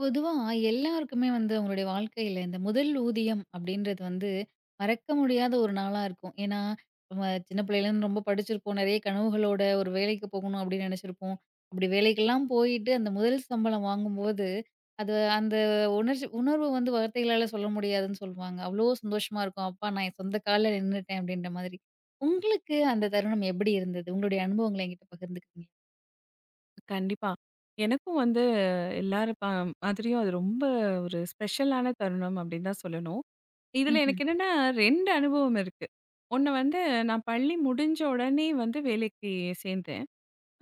பொதுவா எல்லாருக்குமே வந்து அவங்களுடைய வாழ்க்கையில இந்த முதல் ஊதியம் அப்படின்றது வந்து மறக்க முடியாத ஒரு நாளா இருக்கும். ஏன்னா, நம்ம சின்ன பிள்ளையிலேருந்து ரொம்ப படிச்சிருப்போம். நெறைய கனவுகளோட ஒரு வேலைக்கு போகணும் அப்படின்னு நெனைச்சிருப்போம். அப்படி வேலைக்கெல்லாம் போயிட்டு அந்த முதல் சம்பளம் வாங்கும்போது, அந்த உணர்வு வந்து வார்த்தைகளால சொல்ல முடியாதுன்னு சொல்லுவாங்க. அவ்வளோ சந்தோஷமா இருக்கும். "அப்பா நான் என் சொந்த கால்ல நின்னுட்டேன்" அப்படின்ற மாதிரி. உங்களுக்கு அந்த தருணம் எப்படி இருந்தது? உங்களுடைய அனுபவங்கள என்கிட்ட பகிர்ந்துக்கிறீங்களா? கண்டிப்பா. எனக்கும் வந்து எல்லாரும் மாதிரியும் அது ரொம்ப ஒரு ஸ்பெஷலான தருணம் அப்படின்னு தான் சொல்லணும். இதுல ம்ஹ்ம். எனக்கு என்னன்னா 2 அனுபவம் இருக்கு. ஒண்ணு வந்து நான் பள்ளி முடிஞ்ச உடனே வந்து வேலைக்கு சேர்ந்தேன்.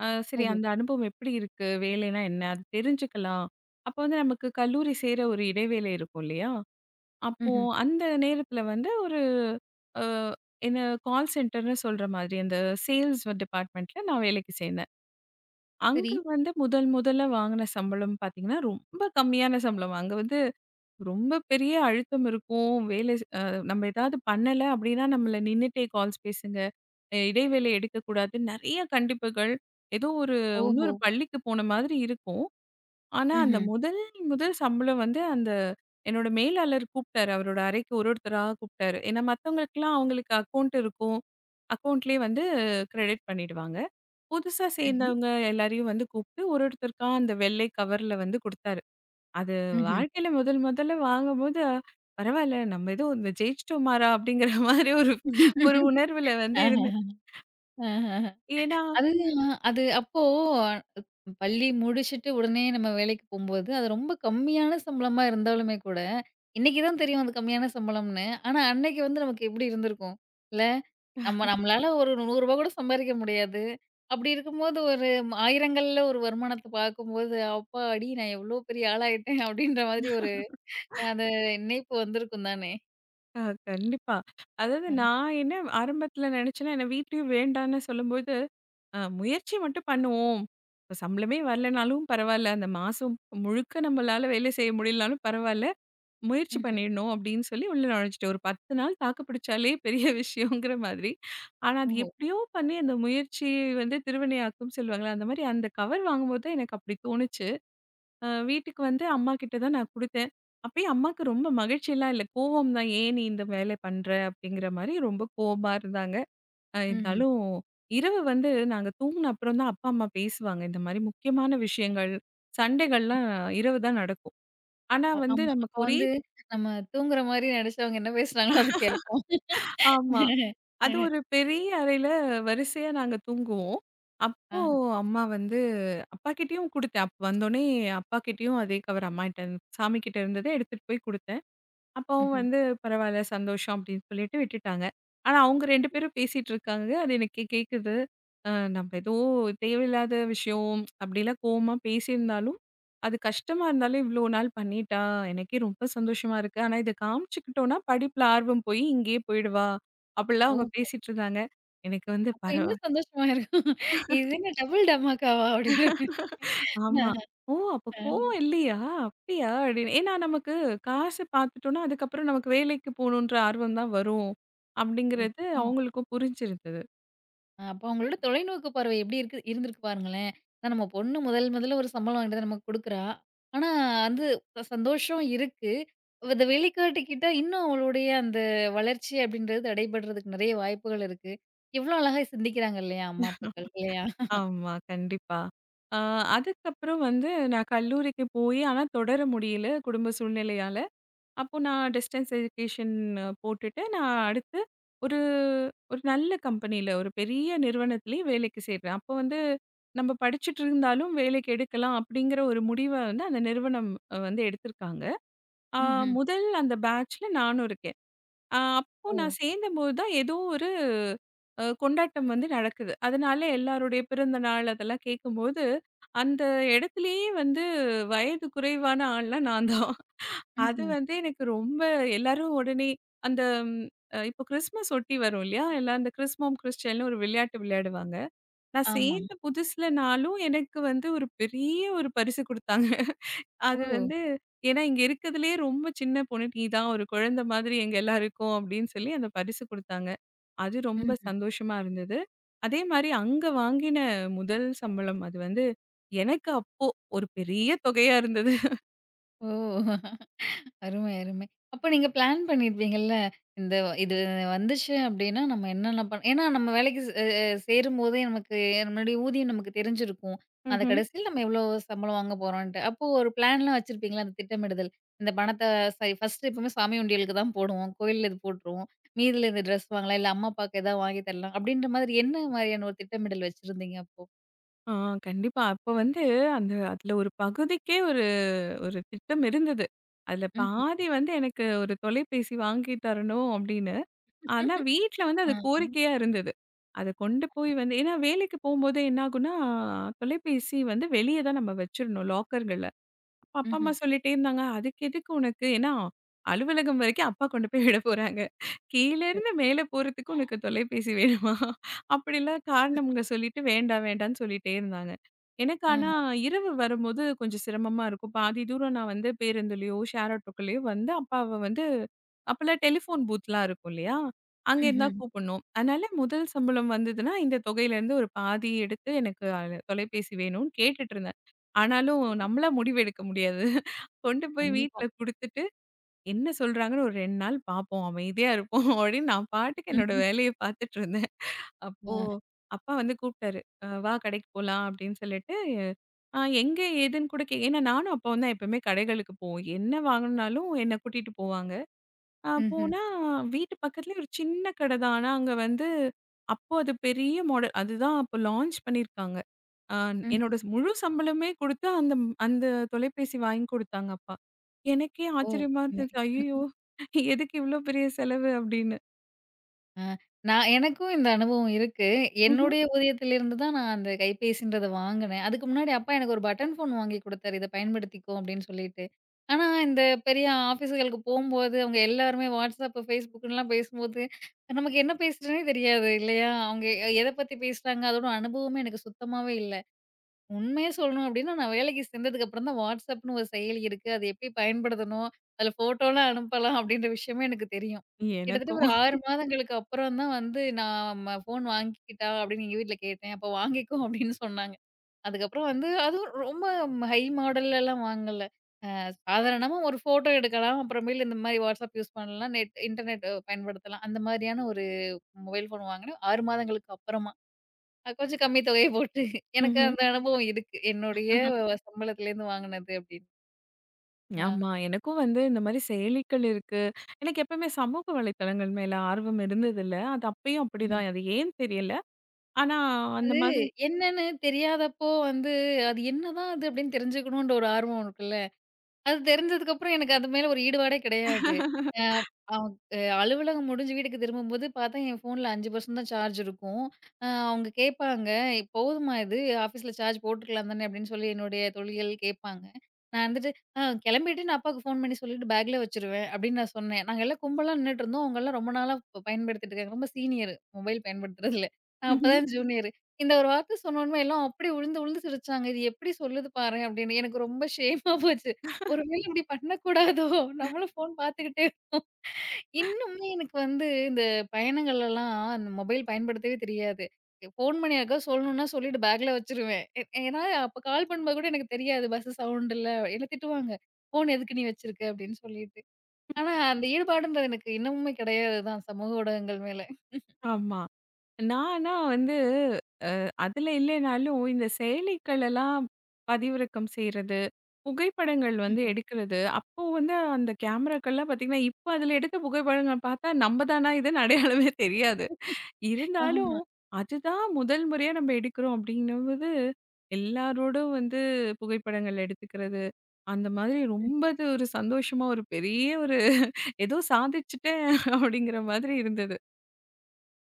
சரி ஓஹோ! அந்த அனுபவம் எப்படி இருக்கு? வேலைனா என்ன? அது தெரிஞ்சுக்கலாம். அப்போ வந்து நமக்கு கல்லூரி சேர ஒரு இடைவேளை இருக்கும் இல்லையா? அப்போ ம்ஹ்ம். அந்த நேரத்துல வந்து ஒரு அ என்ன கால் சென்டர்ன்னு சொல்ற மாதிரி அந்த சேல்ஸ் டிபார்ட்மெண்ட்ல நான் வேலைக்கு சேர்ந்தேன். அங்க சரி. வந்து முதல் முதல்ல வாங்குன சம்பளம் பார்த்தீங்கன்னா, ரொம்ப கம்மியான சம்பளம். அங்க வந்து ரொம்ப பெரிய அழுத்தம் இருக்கும். வேலை ஸ் அ நம்ம ஏதாவது பண்ணல அப்டின்னா, நம்மள நின்னுட்டே கால்ஸ் பேசுங்க. இடைவேளை எடுக்கக்கூடாது. நெறைய கண்டிப்புகள். ஏதோ ஒரு ஓஹோ! இன்னொரு பள்ளிக்கு போன மாதிரி இருக்கும். ஆனா, அந்த ம்ஹ்ம். முதல் முதல் சம்பளம் வந்து அந்த என்னோட மேலாளர் கூப்ட்டாரு. அவரோட அறைக்கு ஒரு ஒருத்தரா கூப்ட்டாரு. ஏன்னா மத்தவங்களுக்கெல்லாம் அவங்களுக்கு அக்கவுண்ட் இருக்கும். அக்கவுண்ட்லயே வந்து கிரெடிட் பண்ணிடுவாங்க. புதுசா சரி. சேர்ந்தவங்க எல்லாரையும் வந்து கூப்பிட்டு ஒரு ஒருத்தருக்கா அந்த வெள்ளை கவர்ல வந்து குடுத்தாரு. அது ம்ஹ்ம். வாழ்க்கையில முதல் முதல்ல வாங்கும்போது, பரவால்ல நம்ம ஏதோ இந்த ஜெயிச்சிட்டோமாடா அப்படிங்கிற மாதிரி ஒரு ஒரு உணர்வுல வந்து இருந்தேன். ஆஹஹ, ஆஹஹ. ஏன்னா அதுதான் அப்போ பள்ளி முடிச்சுட்டு உடனே நம்ம வேலைக்கு போம்போது, அது ரொம்ப கம்மியான சம்பளமா இருந்தாலுமே கூட, இன்னைக்கு தான் தெரியும் அது கம்மியான சம்பளம்னு. ஆனா, அன்னைக்கு வந்து நமக்கு எப்படி இருந்திருக்கும்? இல்ல, நம்ம நம்மளால ஒரு ரூ. 100 கூட சம்பாரிக்க முடியாது. அப்படி இருக்கும்போது ஒரு ஆயிரங்கள்ல ஒரு வருமானத்த பார்க்கும்போது, "அப்பாடி! நான் எவ்வளோ பெரிய ஆளாயிட்டேன்" அப்படின்ற மாதிரி ஒரு அந்த நினைப்பு வந்திருக்கும் தானே? அ கண்டிப்பா. அதாவது அ. நான் என்ன ஆரம்பத்துல நினைச்சேன்னா, என்ன வீட்லயும் வேண்டான்னு சொல்லும்போது, முயற்சி மட்டும் பண்ணுவோம். இப்ப சம்பளமே வரலனாலும் பரவால்ல. அந்த மாசம் முழுக்க நம்மளால வேலை செய்ய முடியலனாலும் பரவால்ல. முயற்சி ம்ஹ்ம். பண்ணிடணும் அப்படின்னு சொல்லி உள்ள நுழைஞ்சுட்டு ஒரு 10 நாள் தாக்கு பிடிச்சாலே பெரிய விஷயங்கிற மாதிரி. ஆனா, அது ஓஹோ! எப்படியோ பண்ணி அந்த முயற்சி வந்து திருவினையாக்கும் சொல்லுவாங்கல்ல. அந்த மாதிரி அந்த கவர் வாங்கும்போது தான் எனக்கு அப்படி தோணுச்சு. வீட்டுக்கு வந்து அம்மாகிட்ட தான் நான் குடுத்தேன். அப்பயும் அம்மாக்கு ரொம்ப மகிழ்ச்சிலாம் இல்ல. கோவம் தான். "ஏன் நீ இந்த வேல பண்ற?" அப்படிங்கிற மாரி ரொம்ப கோவமா இருந்தாங்க. ம்ஹ்ம். இருந்தாலும் இரவு வந்து நாங்க தூங்குன அப்புறம் தான் அப்பா, அம்மா பேசுவாங்க. இந்த மாரி முக்கியமான விஷயங்கள், சண்டைகள்லாம் இரவு தான் நடக்கும். ஆனா அவ் வந்து ஆமா. அப்ப நமக்கு ஒரே வந்து நம்ம தூங்குற மாரி நடிச்சு அவங்க என்ன பேசுனாங்களோ அது கேட்போம். ஆமா. அது ஒரு பெரிய அறையில வரிசையா நாங்க தூங்குவோம். அப்போ ஆஹா, அம்மா வந்து அப்பாகிட்டயும் குடுத்தேன். அப்ப வந்தோனே அப்பாகிட்டயும் அதே கவர் அம்மாகிட்ட சாமிகிட்ட இருந்தத எடுத்துட்டு போய் குடுத்தேன். அப்பவும் ம்ஹ்ம். வந்து பரவால்ல சந்தோஷம் அப்படின்னு சொல்லிட்டு விட்டுட்டாங்க. ஆனா அவங்க 2 பேரும் பேசிட்டு இருக்காங்க. அது எனக்கு கேட்குது. அ நம்ம ஏதோ தேவையில்லாத விஷயம் அப்படிலாம் கோவமா பேசியிருந்தாலும், அது கஷ்டமா இருந்தாலும் இவ்வளோ நாள் பண்ணிட்டா, எனக்கே ரொம்ப சந்தோஷமா இருக்கு. ஆனா இத காமிச்சுக்கிட்டோம்னா படிப்புல ஆர்வம் போய் இங்கேயே போயிடுவா. அப்படிலாம் ஓ! அவங்க பேசிட்டு இருந்தாங்க. எனக்கு வந்து அப்ப இன்னும் சந்தோஷமா இருக்கும். இது என்ன டபுள் டமாக்காவா? அப்டின்ற ஆமா. ஓ! அப்ப மாரி. கோவம் இல்லையா? அப்படியா? அப்படின்னு. ஏன்னா நமக்கு காசு பார்த்துட்டோம்னா, அதுக்கப்புறம் நமக்கு வேலைக்கு போணுன்ற ஆர்வம் தான் வரும். அப்படிங்கிறது நிச்சயமா. அவங்களுக்கும் புரிஞ்சிருந்தது. அப்ப அவங்களோட தொலைநோக்கு பார்வை எப்டி இருக்கு இருந்திருக்கு பாருங்களேன். அதான் நம்ம பொண்ணு முதல் முதல்ல ஒரு சம்பளம் வாங்கிட்டு வந்து நமக்கு குடுக்குறா. ஆனா வந்து ச சந்தோஷம் இருக்கு. அத வெளிக்காட்டிக்கிட்டா இன்னும் அவளுடைய அந்த வளர்ச்சி அப்டின்றது தடைபடுறதுக்கு நெறைய வாய்ப்புகள் இருக்கு. எவ்ளோ அழகா சிந்திக்கிறாங்க இல்லையா? அம்மா அப்பாக்கள் இல்லையா? ஆமா, கண்டிப்பா. அ அதுக்கப்புறம் வந்து நான் கல்லூரிக்கு போய் ஆனா தொடர முடியல குடும்ப சூழ்நிலையால. அப்போ நான் டிஸ்டன்ஸ் எஜுகேஷன் போட்டுட்டு, நான் அடுத்து ஒரு ஒரு நல்ல கம்பெனியில, ஒரு பெரிய நிறுவனத்திலேயே வேலைக்கு சேர்றேன். அப்போ வந்து நம்ம படிச்சுட்டு இருந்தாலும் வேலைக்கு எடுக்கலாம் அப்படிங்கிற ஒரு முடிவ வந்து அந்த நிறுவனம் வந்து எடுத்திருக்காங்க. ஆ ம்ஹ்ம். முதல் அந்த பேட்ச்ல நானும் இருக்கேன். அப்போ ஓ! நான் சேர்ந்தபோது தான் ஏதோ ஒரு கொண்டாட்டம் வந்து நடக்குது. அதனால எல்லாருடைய பிறந்த நாள் அதெல்லாம் கேட்கும்போது, அந்த இடத்திலேயே வந்து வயது குறைவான ஆள்லாம் நான் தான். அது ம்ஹ்ம். வந்து எனக்கு ரொம்ப எல்லாரும் உடனே அந்த ம், இப்போ கிறிஸ்மஸ் ஒட்டி வரும் இல்லையா? எல்லாம் அந்த கிறிஸ்மம் கிறிஸ்டியல்னு ஒரு விளையாட்டு விளையாடுவாங்க. நான் ஆமா. சேர்ந்த புதுசுலனாலும் எனக்கு வந்து ஒரு பெரிய ஒரு பரிசு குடுத்தாங்க. ஓ! அது வந்து ஏன்னா இங்க இருக்கிறதுலயே ரொம்ப சின்ன பொண்ணு, "நீ தான் ஒரு குழந்தை மாதிரி எங்க எல்லாருக்கும்" அப்படின்னு சொல்லி அந்த பரிசு குடுத்தாங்க. அது ரொம்ப ம். சந்தோஷமா இருந்தது. அதே மாரி அங்க வாங்கின முதல் சம்பளம் அது வந்து எனக்கு அப்போ ஒரு பெரிய தொகையா இருந்தது. ஓ! அருமை, அருமை. அப்ப நீங்க பிளான் பண்ணியிருப்பீங்கல்ல. இந்த இது வந்துச்சு அப்டின்னா, நம்ம என்னென்ன ஏன்னா நம்ம வேலைக்கு சே அ சேரும்போதே நமக்கு நம்மளுடைய ஊதியம் நமக்கு தெரிஞ்சிருக்கும். அந்த கடைசியில நம்ம எவ்வளோ சம்பளம் வாங்க போறோன்ட்டு. அப்போ ஒரு பிளான்லாம் வச்சிருப்பீங்களா? அந்த திட்டமிடுதல். இந்த பணத்த சரி ஃபர்ஸ்ட்டு எப்பவுமே சாமி உண்டியலுக்கு தான் போடுவோம். கோயில்ல இது போட்டுருவோம். மீதில இந்த ட்ரெஸ் வாங்கலாம். இல்ல அம்மா, அப்பாவுக்கு ஏதாவது வாங்கி தரலாம். அப்டின்ற மாதிரி என்ன மாதிரியான ஒரு திட்டமிடல் வச்சிருந்தீங்க அப்போ? ஆ கண்டிப்பா. அப்ப வந்து அந்த அதுல ஒரு பகுதிக்கே ஒரு ஒரு திட்டம் இருந்தது. அதுல ம்ஹ்ம். பாதி வந்து எனக்கு ஒரு தொலைபேசி வாங்கி தரணும் அப்படின்னு. ஆனா வீட்ல வந்து ஆ. அது கோரிக்கையா இருந்தது. அத கொண்டு போய் வந்து ஏன்னா வேலைக்கு போம்போது என்ன ஆகும்னா, தொலைபேசி வந்து வெளிய தான் நம்ம வச்சிரணும் லாக்கர்கள்ல. அப்ப அப்பா, ம்ஹ்ம். அம்மா சொல்லிட்டே இருந்தாங்க. "அதுக்கு எதுக்கு உனக்கு? ஏன்னா அலுவலகம் வரைக்கும் அப்பா கொண்டு போய் விட போறாங்க. கீழ இருந்து மேல போறதுக்கு உனக்கு தொலைபேசி வேணுமா?" அப்படிலாம் காரணம்ங்க சொல்லிட்டு வேண்டாம், வேண்டான்னு சொல்லிட்டே இருந்தாங்க. எனக்கு ஆஹ. ஆனா இரவு வரும்போது கொஞ்சம் சிரமமா இருக்கும். பாதி தூரம் நான் வந்து பேருந்துலயோ, ஷேர் ஆட்டோக்கலயோ வந்து அப்பாவ வந்து அப்பலாம் டெலிஃபோன் பூத்லாம் இருக்கும் இல்லையா? அங்க இருந்தா ம்ஹ்ம். கூப்பிடணும். அதனால முதல் சம்பளம் வந்ததுன்னா, இந்த தொகையிலேருந்து ஒரு பாதி எடுத்து எனக்கு தொலைபேசி வேணும்னு கேட்டுட்டு இருந்தேன். ஆனாலும் நம்மளா முடிவு எடுக்க முடியாது. கொண்டு போய் கண்டிப்பா. வீட்ல குடுத்துட்டு, என்ன சொல்றாங்கன்னு ஒரு 2 நாள் பார்ப்போம். அமைதியா இருப்போம் அப்படின்னு நான் பாட்டுக்கு என்னோட ம்ஹ்ம். வேலைய பார்த்துட்டு இருந்தேன். அப்போ ஆ. அப்பா வந்து கூப்பிட்டாரு. "வா கடைக்கு போலாம்" அப்படின்னு சொல்லிட்டு, எங்க ஏதுன்னு கூட கே ஏன்னா நானும் அப்பாவும் தான் எப்பவுமே கடைகளுக்கு போவோம். என்ன வாங்கணும்னாலும் என்ன கூட்டிட்டு போவாங்க. ம்ஹ்ம். போனா வீட்டு பக்கத்துலயே ஒரு சின்ன கடை தான். ஆனா அங்க வந்து அப்போ அது பெரிய மாடல் அதுதான் அப்போ லான்ச் பண்ணியிருக்காங்க. ஆ ம். என்னோட முழு சம்பளமே குடுத்து அந்த அந்த தொலைபேசி வாங்கி குடுத்தாங்க அப்பா. எனக்கே ஓ! ஆச்சரியமா இருந்தது. அருமை. ஐயய்யோ! எதுக்கு இவ்ளோ பெரிய செலவு அப்படின்னு. ஆ நான் எனக்கும் இந்த அனுபவம் இருக்கு. ம்ஹ்ம். என்னுடைய ஊதியத்திலிருந்து தான் நான் அந்த கைபேசின்றத வாங்குனேன். அதுக்கு முன்னாடி அப்பா எனக்கு ஒரு பட்டன் ஃபோன் வாங்கி குடுத்தாரு. இத பயன்படுத்திக்கோ அப்படின்னு சொல்லிட்டு. ஆனா, இந்த பெரிய ஆஃபீஸுகளுக்கு போம்போது அவங்க எல்லாருமே WhatsApp, Facebookலாம் பேசும்போது, நமக்கு என்ன பேசுறதுன்னே தெரியாது இல்லையா? அவங்க எத பத்தி பேசுறாங்க? அதோட அனுபவமே எனக்கு சுத்தமாவே இல்ல. உண்மைய சொல்லணும் அப்டின்னா, நான் வேலைக்கு சேர்ந்ததுக்கப்புறம் தான் WhatsAppன்னு ஒரு செயலி இருக்கு. அது எப்படி பயன்படுத்தணும்? அதுல ஃபோட்டோலாம் அனுப்பலாம் அப்டின்ற விஷயமே எனக்கு தெரியும். கிட்டத்தட்ட ஒரு எனக்கும். 6 மாதங்களுக்கு அப்புறம் தான் வந்து நான் ஃபோன் வாங்கிக்கிட்டா? அப்டின்னு எங்க வீட்ல கேட்டேன். அப்ப வாங்கிக்கோ அப்டின்னு சொன்னாங்க. அதுக்கப்புறம் வந்து அதுவும் ரொம்ப ஹை மாடல்லலாம் வாங்கல. அ சாதாரணமா ஒரு ஃபோட்டோ எடுக்கலாம். அப்புறமேலு இந்த மாரி WhatsApp யூஸ் பண்ணலாம். இன்டர்நெட் பயன்படுத்தலாம். அந்த மாரியான ஒரு மொபைல் ஃபோன் வாங்கினேன் 6 மாதங்களுக்கு அப்புறமா. கொஞ்சம் கம்மி தொகை போட்டு. எனக்கு ம்ஹ்ம். அந்த அனுபவம் இருக்கு. என்னுடைய சம்பளத்துலேருந்து வாங்குனது அப்படின்னு. ஆ. ஆமா. எனக்கும் வந்து இந்த மாரி செயலிகள் இருக்கு. எனக்கு எப்பவுமே சமூக வலைத்தளங்கள் மேல ஆர்வம் இருந்ததில்ல. அது அப்பயும் ம்ஹ்ம். அப்படிதான். அது ஏன் தெரியல. ஆனா அந்த அது மாதிரி என்னன்னு தெரியாதப்போ வந்து, அது என்னதான் அது அப்படின்னு தெரிஞ்சுக்கணுன்ற ஒரு ஆர்வம் இருக்குல்ல. அது தெரிஞ்சதுக்கப்புறம் எனக்கு அது மேல ஒரு ஈடுபாடே கிடையாது. அ அவ் அ அலுவலகம் முடிஞ்சு வீட்டுக்கு திரும்பும்போது பார்த்தா, என் ஃபோன்ல 5% தான் சார்ஜ் இருக்கும். அவங்க கேட்பாங்க, "போதுமா இது? ஆஃபீஸ்ல சார்ஜ் போட்டுக்கலாம் தானே?" அப்படின்னு சொல்லி என்னுடைய தோழிகள் கேட்பாங்க. நான் வந்துட்டு, "ஆ கிளம்பிட்டு நான் அப்பாவுக்கு ஃபோன் பண்ணி சொல்லிட்டு பேக்ல வச்சுருவேன்" அப்படின்னு நான் சொன்னேன். நாங்க எல்லாம் கும்பலா நின்னுட்டுருந்தோம். அவங்கலாம் ரொம்ப நாளா பயன்படுத்திட்டு இருக்காங்க. ரொம்ப சீனியர் மொபைல் பயன்படுத்துறதுல. நான் ம்ஹ்ம். அப்பதான் ஜூனியர். இந்த ஒரு வார்த்த சொன்னோனமே எல்லாம் அப்படியே உழுந்து உழுந்து சிரிச்சாங்க. "இது எப்படி சொல்லுது பாரேன்" அப்படின்னு. எனக்கு ரொம்ப ஷேமா போச்சு. ஒருவேள இப்படி பண்ணக்கூடாதோ! நம்மளும் ஃபோன் பார்த்துக்கிட்டே இன்னுமே எனக்கு வந்து இந்த பயணங்கள்லலாம் அந்த மொபைல் பயன்படுத்தவே தெரியாது. ஃபோன் பண்ணி யாருக்காவது சொல்லணும்னா சொல்லிட்டு பேக்ல வச்சுருவேன். ஏன்னா அப்ப கால் பண்ணும்போது கூட எனக்கு தெரியாது பஸ் சவுண்ட் இல்ல. என்ன திட்டுவாங்க. "ஃபோன் எதுக்கு நீ வச்சிருக்க?" அப்படின்னு சொல்லிட்டு. ஆனா அந்த ஈடுபாடுன்றது எனக்கு இன்னமுமே கிடையாது தான் சமூக ஊடகங்கள் மேல. ஆமா. நான் ஆனா வந்து அதுல இல்லைனாலும், இந்த செயலிகள் எல்லாம் பதிவிறக்கம் செய்றது, புகைப்படங்கள் வந்து ம்ஹும். எடுக்கிறது, அப்போ வந்து அந்த கேமராக்கள்லாம் பார்த்தீங்கன்னா, இப்ப அதுல எடுத்த புகைப்படங்கள் பார்த்தா நம்ம தானா இதுன்னு அடையாளமே தெரியாது. இருந்தாலும், ஆமா. அதுதான் முதல் முறையா நம்ம எடுக்கிறோம் அப்படிங்கும்போது, எல்லாரோடும் வந்து புகைப்படங்கள் எடுத்துக்கிறது, அந்த மாதிரி ரொம்ப அது ஒரு சந்தோஷமா ஒரு பெரிய ஒரு ஏதோ சாதிச்சுட்டேன் அப்படிங்கிற மாதிரி இருந்தது.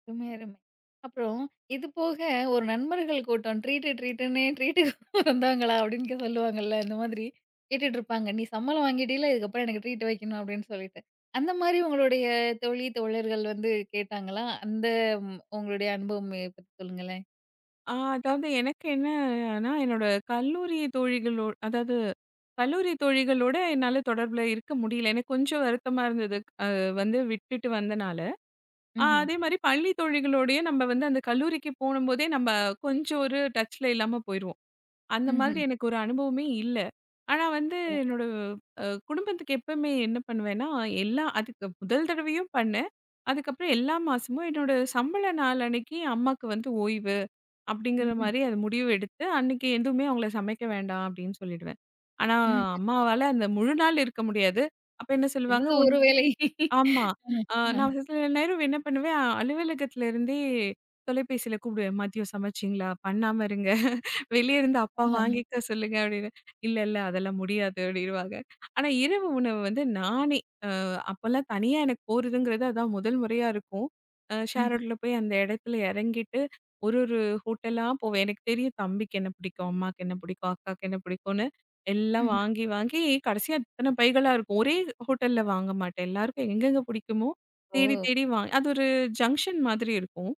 அருமை, அருமை. அப்புறம் இது போக ஒரு நண்பர்கள் கூட்டம் ட்ரீட்டு ட்ரீட்டுன்னே ட்ரீட்டுக்கு வந்தாங்களா? அப்படின்னு சொல்லுவாங்கல்ல. இந்த மாதிரி கேட்டுட்ருப்பாங்க. நீ சம்பளம் வாங்கிட்டீல, இதுக்கப்புறம் எனக்கு ட்ரீட் வைக்கணும் அப்படின்னு சொல்லிட்டு. அந்த மாரி உங்களுடைய தோழி, தோழர்கள் வந்து கேட்டாங்களா? அந்த ம் உங்களுடைய அனுபவம் பத்தி சொல்லுங்களேன். அதாவது எனக்கு என்னன்னா, என்னோட கல்லூரி தோழிகளோ அதாவது கல்லூரி தோழிகளோட என்னால தொடர்புல இருக்க முடியல. எனக்கு கொஞ்சம் வருத்தமா இருந்தது. அ வந்து விட்டுட்டு வந்தனால. ம்ஹ்ம். அதேமாரி பள்ளி தோழிகளோடயும் நம்ம வந்து அந்த கல்லூரிக்கு போணும்போதே நம்ம கொஞ்சம் ஒரு டச்ல இல்லாம போயிருவோம். அந்த மாதிரி ம்ஹ்ம். எனக்கு ஒரு அனுபவமே இல்ல. ஆனா வந்து ஓ! என்னோட அ குடும்பத்துக்கு எப்பவுமே என்ன பண்ணுவேன்னா, எல்லா அதுக்கு முதல் தடவையும் பண்ணேன். அதுக்கப்புறம் எல்லா மாசமும் என்னோட சம்பள நாள் அன்னைக்கு அம்மாக்கு வந்து ஓய்வு. அப்படிங்கிற ம்ஹ்ம். மாரி அது முடிவு எடுத்து, அன்னைக்கு எதுவுமே அவங்கள சமைக்க வேண்டாம் அப்படின்னு சொல்லிடுவேன். ஆனா, ம். அம்மாவால அந்த முழு நாள் இருக்க முடியாது. அப்ப என்ன சொல்லுவாங்க, ஏதாவது ஒரு வேளை. ஆமா. அ, அ, நான் சில நேரம் என்ன பண்ணுவேன், அலுவலகத்துல இருந்தே தொலைபேசியில கூப்பிடுவேன். "மதியம் சமைச்சீங்களா? பண்ணாம இருங்க. வெளிய இருந்து அப்பா ஆஹா. வாங்கிக்க சொல்லுங்க" அப்படின்னு. "இல்ல, இல்ல அதெல்லாம் முடியாது" அப்படின்னுவாங்க. ஆனா, இரவு உணவு வந்து நானே அப்பல்லாம் தனியா எனக்கு போறதுங்கிறது அதான் முதல் முறையா இருக்கும். ம்ஹ்ம். ஷேரோட்ல போய் அந்த இடத்துல இறங்கிட்டு, ஒரு ஒரு ஹோட்டலா போவேன். எனக்கு தெரியும் தம்பிக்கு என்ன பிடிக்கும், அம்மாக்கு என்ன பிடிக்கும், அக்காக்கு என்ன பிடிக்கும்னு எல்லாம் ம்ஹ்ம். வாங்கி, வாங்கி கடைசியா இத்தன பைகளா இருக்கும். ஒரே ஹோட்டல்ல வாங்க மாட்டேன். எல்லாருக்கும் எங்கெங்க பிடிக்குமோ ஓ! தேடி, தேடி அது ஒரு ஜங்ஷன் மாதிரி இருக்கும்.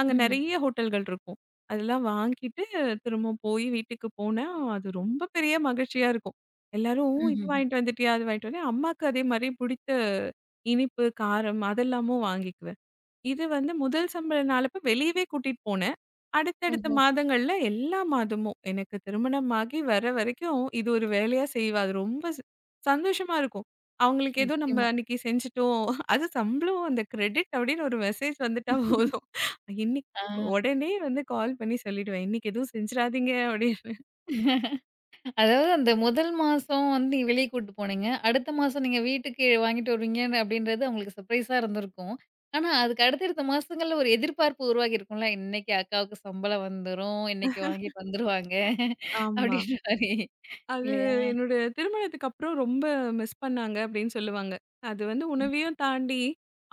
அங்க ம்ஹ்ம். நெறைய ஹோட்டல்கள் இருக்கும். அதெல்லாம் வாங்கிட்டு திரும்பவும் போய் வீட்டுக்கு போனா, அது ரொம்ப பெரிய மகிழ்ச்சியா இருக்கும். எல்லாரும் இது ம்ஹ்ம். வாங்கிட்டு வந்துட்டியா? அது வாங்கிட்டு வந்தேன். அம்மாக்கு அதே மாரி பிடித்த இனிப்பு, காரம் அதெல்லாமும் வாங்கிக்குவேன். இது வந்து முதல் சம்பள நாளப்ப வெளியவே கூட்டிட்டு போனேன். அடுத்தடுத்த ஓஹோ! மாதங்கள்ல எல்லா மாதமும் எனக்கு திருமணமாகி வர வரைக்கும் இது ஒரு வேலையா செய்வா. அது ரொம்ப சந்தோஷமா இருக்கும். அவங்களுக்கு ஏதோ நம்ம நிச்சயமா. அன்னைக்கு செஞ்சுட்டோம். அது சம்பளம் அந்த கிரெடிட் அப்படின்னு ஒரு மெசேஜ் வந்துட்டா போதும். இன்னைக்கு ஆ. உடனே வந்து கால் பண்ணி சொல்லிடுவேன். இன்னைக்கு எதுவும் செஞ்சுறாதீங்க அப்படின்னு. அதாவது அந்த முதல் மாசம் வந்து நீங்க வெளிய கூட்டு போனீங்க. அடுத்த மாசம் நீங்க வீட்டுக்கு வாங்கிட்டு வருவீங்கன்னு அப்படின்றது அவங்களுக்கு சர்ப்ரைஸா இருந்திருக்கும். ஆனா, அதுக்கு அடுத்தடுத்த மாசங்கள்ல ஒரு எதிர்பார்ப்பு உருவாகியிருக்கும்ல. இன்னைக்கு அக்காவுக்கு சம்பளம் வந்துரும். இன்னைக்கு வாங்கிட்டு வந்துருவாங்க. ஆமா. அப்படின்ற மாரி அது இல்லையா? என்னுடைய திருமணத்துக்கு அப்புறம் ரொம்ப மிஸ் பண்ணாங்க அப்படின்னு சொல்லுவாங்க. அது வந்து ம். உணவையும் தாண்டி,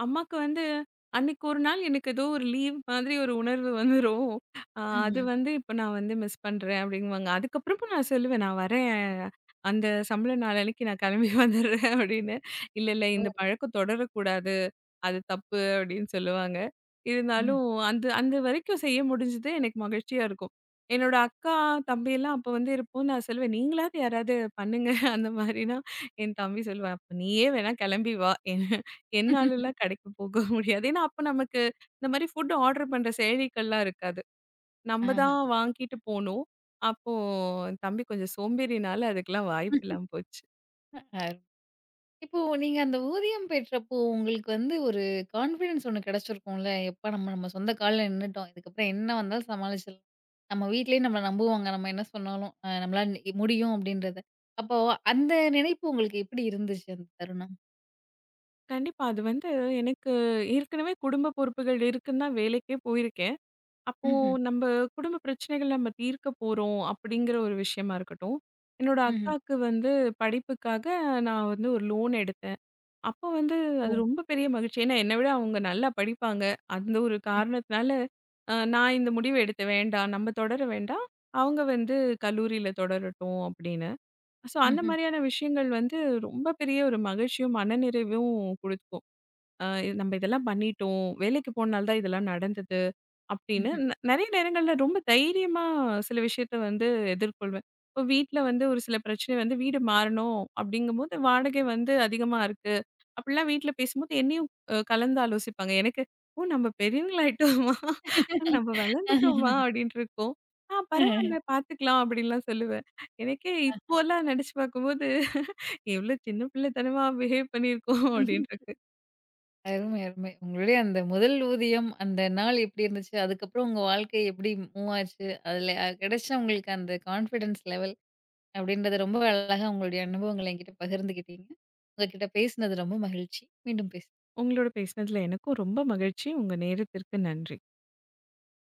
அம்மாக்கு வந்து அன்னைக்கு ஒரு நாள் எனக்கு ஏதோ ஒரு லீவ் மாதிரி ஒரு உணர்வு வந்துரும். அ அது ம்ஹ்ம். வந்து இப்ப நான் வந்து மிஸ் பண்றேன் அப்படிங்குவாங்க. அதுக்கப்புறமும் நான் சொல்லுவேன், "நான் வரேன். அந்த சம்பள நாளன்னைக்கு நான் கிளம்பி வந்துடுறேன்" அப்படின்னு. "இல்ல, இல்ல ஓ! இந்த பழக்கம் தொடரக்கூடாது." அது தப்பு அப்படின்னு சொல்லுவாங்க. ம். இருந்தாலும் அந்த அந்த வரைக்கும் செய்ய முடிஞ்சது எனக்கு மகிழ்ச்சியா இருக்கும். என்னோட அக்கா, தம்பியெல்லாம் அப்ப வந்து இருப்போம். நான் சொல்லுவேன், "நீங்களாவது யாராவது பண்ணுங்க." அந்த மாதிரினா என் தம்பி சொல்லுவான், "அப்ப நீயே வேணா கிளம்பி வா. என்னாலலாம் கடைக்கு போக முடியாது." ஏன்னா அப்ப நமக்கு இந்த மாதிரி ஃபுட் ஆர்டர் பண்ற செயலிகள்லாம் இருக்காது. நம்ம தான் வாங்கிட்டு போணும். அப்போ என் தம்பி கொஞ்சம் சோம்பேறினால அதுக்கெல்லாம் வாய்ப்பு இல்லாம போச்சு. ஆஹா. இப்போ நீங்க அந்த ஊதியம் பெற்றப்போ, உங்களுக்கு வந்து ஒரு கான்ஃபிடன்ஸ் ஒண்ணு கிடைச்சிருக்கும்ல. எப்பா நம்ம நம்ம சொந்த கால்ல நின்னுட்டோம். இதுக்கப்புறம் என்ன வந்தாலும் சமாளிச்சிடலாம். நம்ம வீட்லயே நம்மள நம்புவாங்க. நம்ம என்ன சொன்னாலும், நம்மளால முடியும் அப்படின்றத. அப்போ அந்த நினைப்பு உங்களுக்கு எப்படி இருந்துச்சு அந்த தருணம்? கண்டிப்பா. அது வந்து எனக்கு ஏற்கனவே குடும்ப பொறுப்புகள் இருக்குன்னு தான் வேலைக்கே போயிருக்கேன். அப்போ ம்ஹ்ம். நம்ம குடும்ப பிரச்சனைகள் நம்ம தீர்க்க போறோம் அப்படிங்கிற ஒரு விஷயமா இருக்கட்டும். என்னோட ம்ஹ்ம். அக்காவுக்கு வந்து படிப்புக்காக நான் வந்து ஒரு லோன் எடுத்தேன். அப்போ வந்து ஓ! அது ரொம்ப பெரிய மகிழ்ச்சி. ஏன்னா என்னை விட அவங்க நல்லா படிப்பாங்க. அந்த ஒரு ம்ஹ்ம். காரணத்தினால நான் இந்த முடிவு எடுத்தேன் வேண்டாம், நம்ம தொடர வேண்டாம். அவங்க வந்து கல்லூரியில தொடரட்டும் அப்படின்னு. ஸோ அந்த ம்ஹ்ம். மாதிரியான விஷயங்கள் வந்து ரொம்ப பெரிய ஒரு மகிழ்ச்சியும், மனநிறைவும் குடுக்கும். அ நம்ம இதெல்லாம் பண்ணிட்டோம். வேலைக்கு போனால தான் இதெல்லாம் நடந்தது. அப்படின்னு நெறைய நேரங்கள்ல ரொம்ப தைரியமா சில விஷயத்த வந்து எதிர்கொள்வேன். இப்போ வீட்ல வந்து ஒரு சில பிரச்சனை வந்து வீடு மாறணும் அப்படிங்கும்போது வாடகை வந்து அதிகமா இருக்கு. அப்படிலாம் வீட்ல பேசும்போது என்னையும் கலந்து ஆலோசிப்பாங்க. எனக்கு "ஓ! நம்ம பெரியவங்களாயிட்டோமா? நம்ம வளர்ந்துட்டோமா?" அப்படின்ட்டு இருக்கும். "ஆ பரவால்ல பார்த்துக்கலாம்" அப்படின்லாம் சொல்லுவேன். எனக்கே இப்போலாம் நெனச்சு பார்க்கும்போது எவ்ளோ சின்ன பிள்ளைத்தனமா பிஹேவ் பண்ணியிருக்கோம் அப்படின்ட்டு ம்ஹ்ம். இருக்கு. அருமை, அருமை. உங்களுடைய அந்த முதல் ஊதியம், அந்த நாள் எப்படி இருந்துச்சு? அதுக்கப்புறம் உங்க வாழ்க்கை எப்படி மூவ் ஆச்சு? அதுல கிடைச்ச உங்களுக்கு அந்த கான்ஃபிடன்ஸ் லெவல் அப்படின்றத ரொம்ப அழகா உங்களுடைய அனுபவங்கள என்கிட்ட பகிர்ந்துக்கிட்டீங்க. உங்ககிட்ட பேசினது ரொம்ப மகிழ்ச்சி. மீண்டும் பேச உங்களோட பேசினதுல எனக்கும் ரொம்ப மகிழ்ச்சி. உங்க நேரத்திற்கு நன்றி.